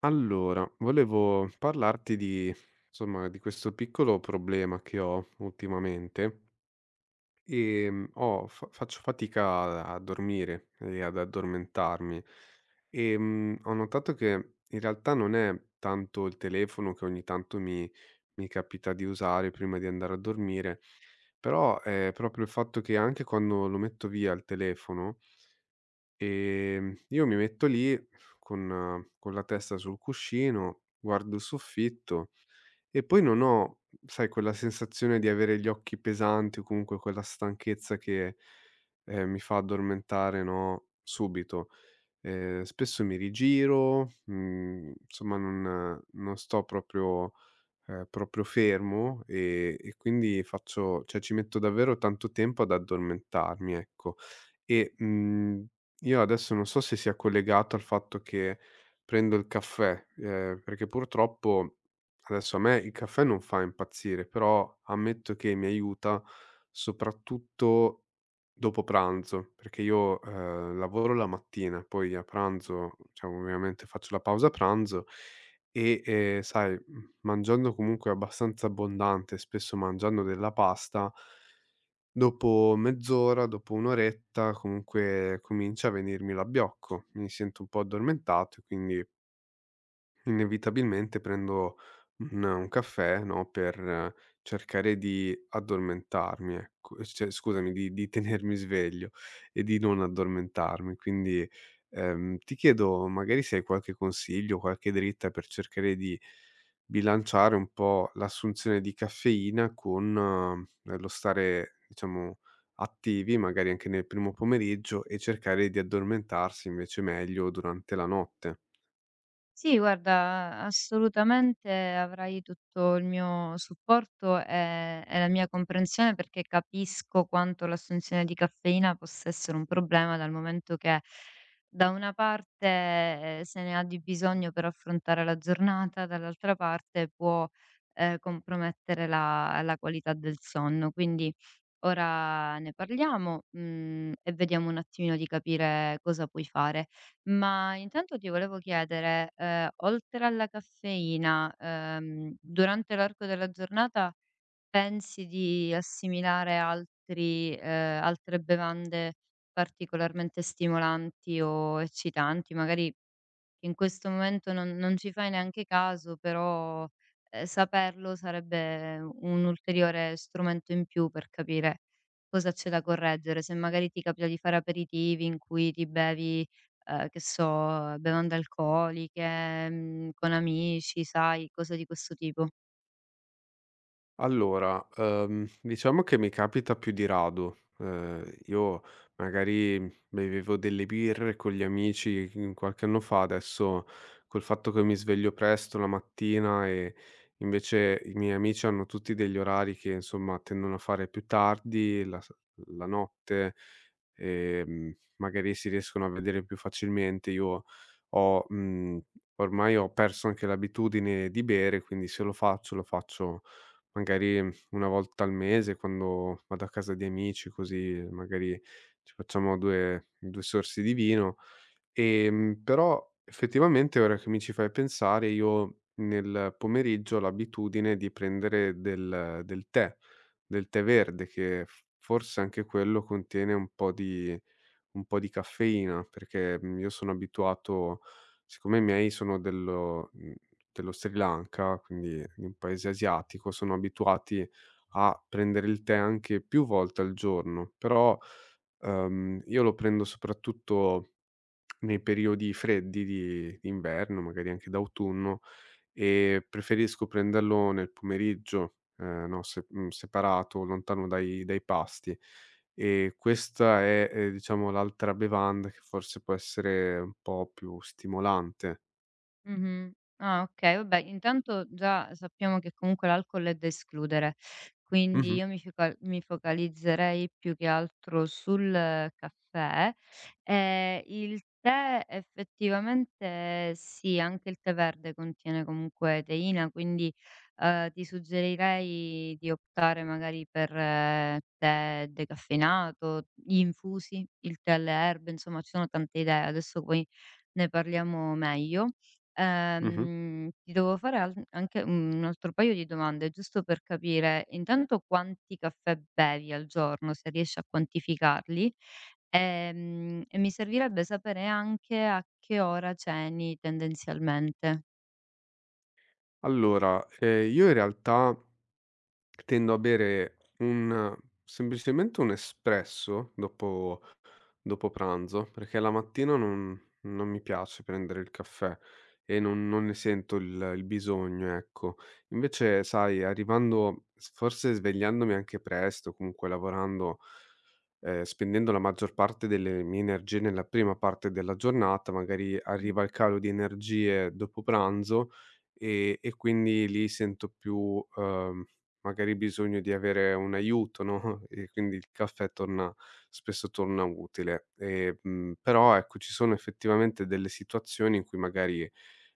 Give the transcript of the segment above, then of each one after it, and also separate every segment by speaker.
Speaker 1: Allora, volevo parlarti di, insomma, di questo piccolo problema che ho ultimamente e faccio fatica a dormire e ad addormentarmi e ho notato che in realtà non è tanto il telefono che ogni tanto mi capita di usare prima di andare a dormire, però è proprio il fatto che anche quando lo metto via il telefono. Io mi metto lì con la testa sul cuscino, guardo il soffitto e poi non ho, sai, quella sensazione di avere gli occhi pesanti o comunque quella stanchezza che, mi fa addormentare, no, subito. Spesso mi rigiro, insomma non sto proprio proprio fermo e quindi faccio cioè ci metto davvero tanto tempo ad addormentarmi, ecco. E, io adesso non so se sia collegato al fatto che prendo il caffè, perché purtroppo adesso a me il caffè non fa impazzire, però ammetto che mi aiuta soprattutto dopo pranzo, perché io, lavoro la mattina, poi a pranzo, cioè ovviamente faccio la pausa pranzo e, sai, mangiando comunque abbastanza abbondante, spesso mangiando della pasta. Dopo mezz'ora, dopo un'oretta comunque comincia a venirmi l'abbiocco. Mi sento un po' addormentato e quindi inevitabilmente prendo un caffè, no, per cercare di addormentarmi, ecco, cioè scusami, di tenermi sveglio e di non addormentarmi. Quindi, ti chiedo magari se hai qualche consiglio, qualche dritta per cercare di bilanciare un po' l'assunzione di caffeina con, lo stare, diciamo, attivi magari anche nel primo pomeriggio e cercare di addormentarsi invece meglio durante la notte.
Speaker 2: Sì, guarda, assolutamente avrai tutto il mio supporto e la mia comprensione, perché capisco quanto l'assunzione di caffeina possa essere un problema dal momento che da una parte se ne ha di bisogno per affrontare la giornata, dall'altra parte può compromettere la qualità del sonno. Quindi ora ne parliamo, mhmm, e vediamo un attimino di capire cosa puoi fare. Ma intanto ti volevo chiedere, oltre alla caffeina, durante l'arco della giornata pensi di assimilare altri altre bevande particolarmente stimolanti o eccitanti? Magari che in questo momento non ci fai neanche caso, però, saperlo sarebbe un ulteriore strumento in più per capire cosa c'è da correggere. Se magari ti capita di fare aperitivi in cui ti bevi, che so, bevande alcoliche, mhmm, con amici, sai, cose di questo tipo.
Speaker 1: Allora, diciamo che mi capita più di rado. Io magari bevevo delle birre con gli amici, qualche anno fa. Adesso col fatto che mi sveglio presto la mattina e invece i miei amici hanno tutti degli orari che, insomma, tendono a fare più tardi, la notte, magari si riescono a vedere più facilmente. Ho mhmm, Ormai ho perso anche l'abitudine di bere, quindi se lo faccio, lo faccio magari, una volta al mese quando vado a casa di amici, così magari ci facciamo 2 sorsi di vino. Però effettivamente ora che mi ci fai pensare, io nel pomeriggio ho l'abitudine di prendere del tè verde che, f forse, anche quello contiene un po' di caffeina, perché, io sono abituato, siccome i miei sono dello Sri Lanka, quindi di un paese asiatico, sono abituati a prendere il tè anche più volte al giorno. Però, io lo prendo soprattutto nei periodi freddi di d'inverno, magari anche d'autunno, e preferisco prenderlo nel pomeriggio, no, se separato, lontano dai pasti. E questa è, diciamo, l'altra bevanda che forse può essere un po' più stimolante.
Speaker 2: Mh-mh. Ah, okay, vabbè, intanto già sappiamo che comunque l'alcol è da escludere, quindi
Speaker 1: Mh-mh,
Speaker 2: io mi focalizzerei più che altro sul caffè. Il tè effettivamente sì, anche il tè verde contiene comunque teina, quindi, ti suggerirei di optare magari per tè decaffeinato, gli infusi, il tè alle erbe, insomma ci sono tante idee, adesso poi ne parliamo meglio.
Speaker 1: mh-mh.
Speaker 2: Ti devo fare al anche un altro paio di domande, giusto per capire intanto quanti caffè bevi al giorno, se riesci a quantificarli, e mi servirebbe sapere anche a che ora ceni tendenzialmente.
Speaker 1: Allora, io in realtà tendo a bere un semplicemente un espresso dopo pranzo, perché la mattina non mi piace prendere il caffè e non ne sento il bisogno, ecco. Invece sai, arrivando s forse svegliandomi anche presto, comunque lavorando, spendendo la maggior parte delle mie energie nella prima parte della giornata, magari
Speaker 2: Mh,
Speaker 1: arriva il calo di energie dopo pranzo e quindi lì sento più, uhm magari, bisogno di avere un aiuto, no, e quindi il caffè torna spesso torna utile. Mhmm, Però ecco, ci sono effettivamente delle situazioni in cui magari,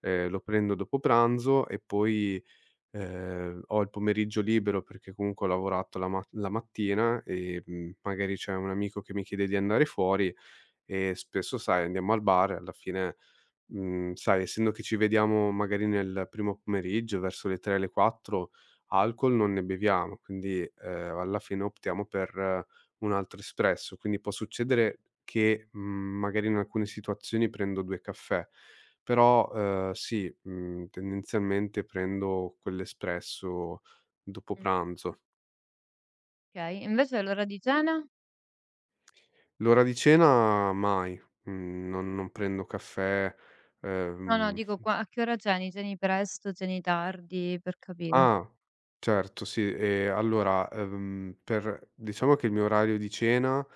Speaker 1: lo prendo dopo pranzo e poi, ho il pomeriggio libero perché comunque ho lavorato la mattina e, magari c'è un amico che mi chiede di andare fuori e spesso, sai, andiamo al bar e alla fine, sai, essendo che ci vediamo magari nel primo pomeriggio, verso le 3, le 4, alcol non ne beviamo, quindi, alla fine optiamo per un altro espresso. Quindi può succedere che, magari in alcune situazioni prendo 2 caffè, però, sì, tendenzialmente prendo quell'espresso dopo
Speaker 2: mh.
Speaker 1: pranzo.
Speaker 2: Okay, invece l'ora di cena?
Speaker 1: L'ora di cena mai, non prendo caffè,
Speaker 2: No, no,
Speaker 1: ehm
Speaker 2: dico qua a che ora ceni? Ceni presto, ceni tardi, per capire.
Speaker 1: ah, certo sì. Allora, per diciamo che il mio orario di cena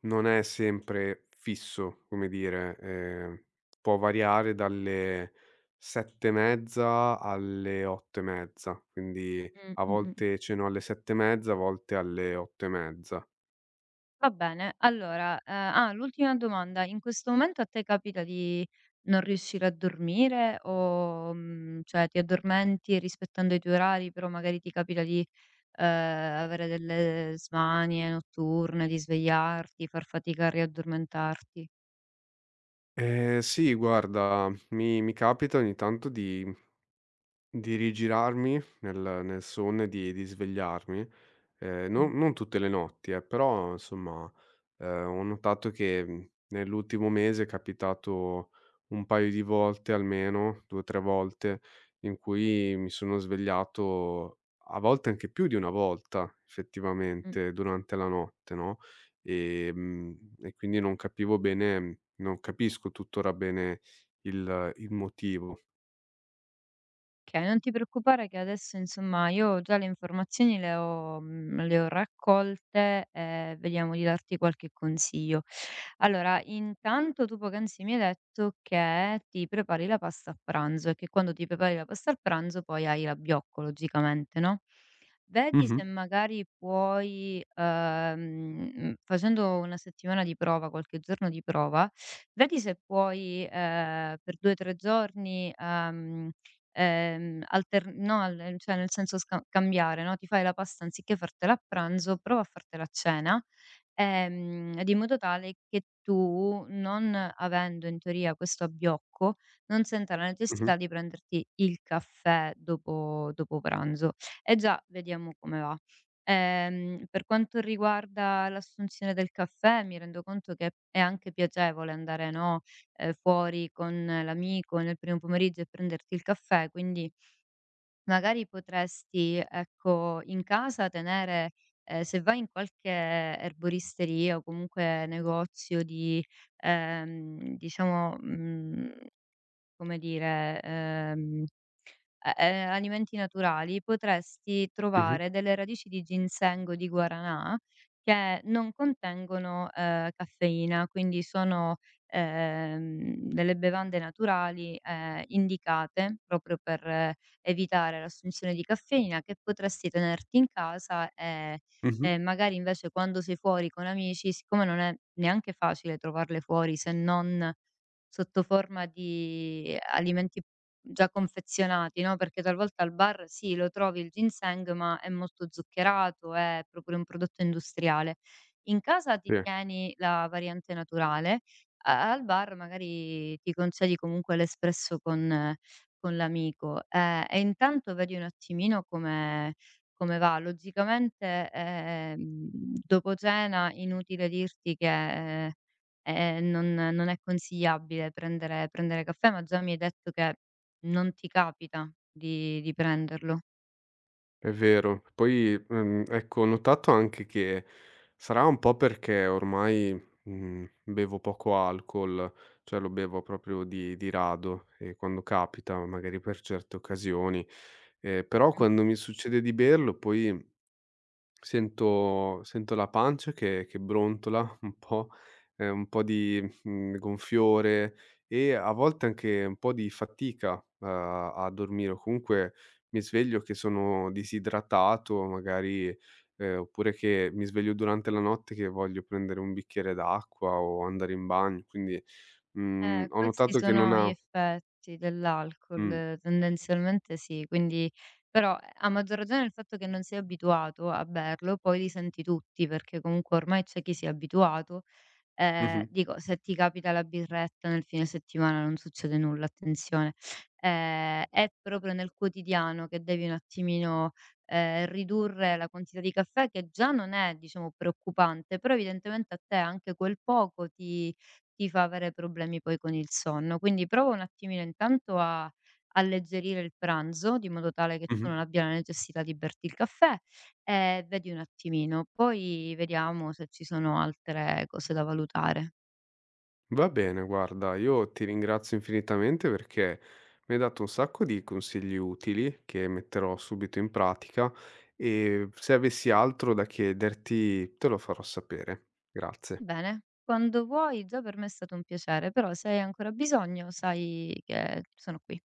Speaker 1: non è sempre fisso, come dire, può variare dalle 7 e mezza alle 8 e mezza, quindi a
Speaker 2: Mh-mh.
Speaker 1: volte ceno alle 7 e mezza, a volte alle 8 e mezza.
Speaker 2: Va bene, allora, ah, l'ultima domanda: in questo momento a te capita di non riuscire a dormire o, mhmm, cioè ti addormenti rispettando i tuoi orari, però magari ti capita di, avere delle smanie notturne, di svegliarti, far fatica a riaddormentarti?
Speaker 1: Sì guarda, mi capita ogni tanto di rigirarmi nel sonno e di svegliarmi.
Speaker 2: Mh.
Speaker 1: Non tutte le notti, però insomma, ho notato che, nell'ultimo mese è capitato un paio di volte almeno, 2, 3 volte, in cui mi sono svegliato, a volte anche più di una volta
Speaker 2: Mh,
Speaker 1: effettivamente durante la notte, no, e quindi non capivo bene. Non capisco tuttora bene il motivo.
Speaker 2: okay, non ti preoccupare che adesso insomma io già le informazioni le ho mhmm, le ho raccolte e vediamo di darti qualche consiglio. Allora, intanto tu poc'anzi mi hai detto che ti prepari la pasta a pranzo e che quando ti prepari la pasta a pranzo poi hai l'abbiocco logicamente, no, vedi
Speaker 1: Mh-mh,
Speaker 2: se magari puoi, facendo una settimana di prova, qualche giorno di prova, vedi se puoi, per 2, 3 giorni, alter no al cioè nel senso sca cambiare, no, ti fai la pasta anziché fartela a pranzo, prova a fartela a cena. Ed in modo tale che tu, non avendo in teoria questo abbiocco, non senta la
Speaker 1: mh-mh,
Speaker 2: necessità di prenderti il caffè dopo pranzo. E già vediamo come va. Per quanto riguarda l'assunzione del caffè, mi rendo conto che è anche piacevole andare, no, fuori con l'amico nel primo pomeriggio e prenderti il caffè, quindi magari potresti, ecco, in casa tenere se vai in qualche erboristeria o comunque negozio di, diciamo, mhmm, come dire, alimenti naturali, potresti
Speaker 1: mh-mh,
Speaker 2: trovare delle radici di ginseng o di guaranà che non contengono, caffeina, quindi sono, delle bevande naturali, indicate proprio per evitare l'assunzione di caffeina, che potresti tenerti in casa
Speaker 1: mh-mh,
Speaker 2: e magari invece quando sei fuori con amici, siccome non è neanche facile trovarle fuori se non sotto forma di alimenti già confezionati, no, perché talvolta al bar sì, lo trovi il ginseng, ma è molto zuccherato, è proprio un prodotto industriale. In casa
Speaker 1: sì.
Speaker 2: ti tieni la variante naturale, a al bar magari ti concedi comunque l'espresso con l'amico, e intanto vedi un attimino come va. Logicamente, dopo cena inutile dirti che, non è consigliabile prendere caffè, ma già mi hai detto che non ti capita di prenderlo?
Speaker 1: È vero. Poi, ecco, ho notato anche che sarà un po' perché ormai, bevo poco alcol, cioè lo bevo proprio di rado e quando capita, magari per certe occasioni, però quando mi succede di berlo, poi sento la pancia che brontola un po' di, gonfiore, e a volte anche un po' di fatica a dormire, o comunque mi sveglio che sono disidratato magari, oppure che mi sveglio durante la notte che voglio prendere un bicchiere d'acqua o andare in bagno, quindi, ho
Speaker 2: Questi
Speaker 1: notato che non
Speaker 2: sono gli
Speaker 1: ha.
Speaker 2: effetti
Speaker 1: Mh,
Speaker 2: dell'alcol, tendenzialmente sì, quindi però a maggior ragione il fatto che non sei abituato a berlo, poi li senti tutti, perché comunque ormai c'è chi si è abituato.
Speaker 1: mh-mh,
Speaker 2: Dico, se ti capita la birretta nel fine settimana non succede nulla, attenzione. È proprio nel quotidiano che devi un attimino, ridurre la quantità di caffè che già non è, diciamo, preoccupante, però evidentemente a te anche quel poco ti fa avere problemi poi con il sonno. Quindi prova un attimino intanto a alleggerire il pranzo, di modo tale che tu
Speaker 1: mh-mh.
Speaker 2: non abbia la necessità di berti il caffè. Eh, vedi un attimino, poi vediamo se ci sono altre cose da valutare.
Speaker 1: Va bene, guarda, io ti ringrazio infinitamente perché mi hai dato un sacco di consigli utili che metterò subito in pratica e se avessi altro da chiederti te lo farò sapere. Grazie.
Speaker 2: Bene, quando vuoi, già per me è stato un piacere, però se hai ancora bisogno, sai che sono qui.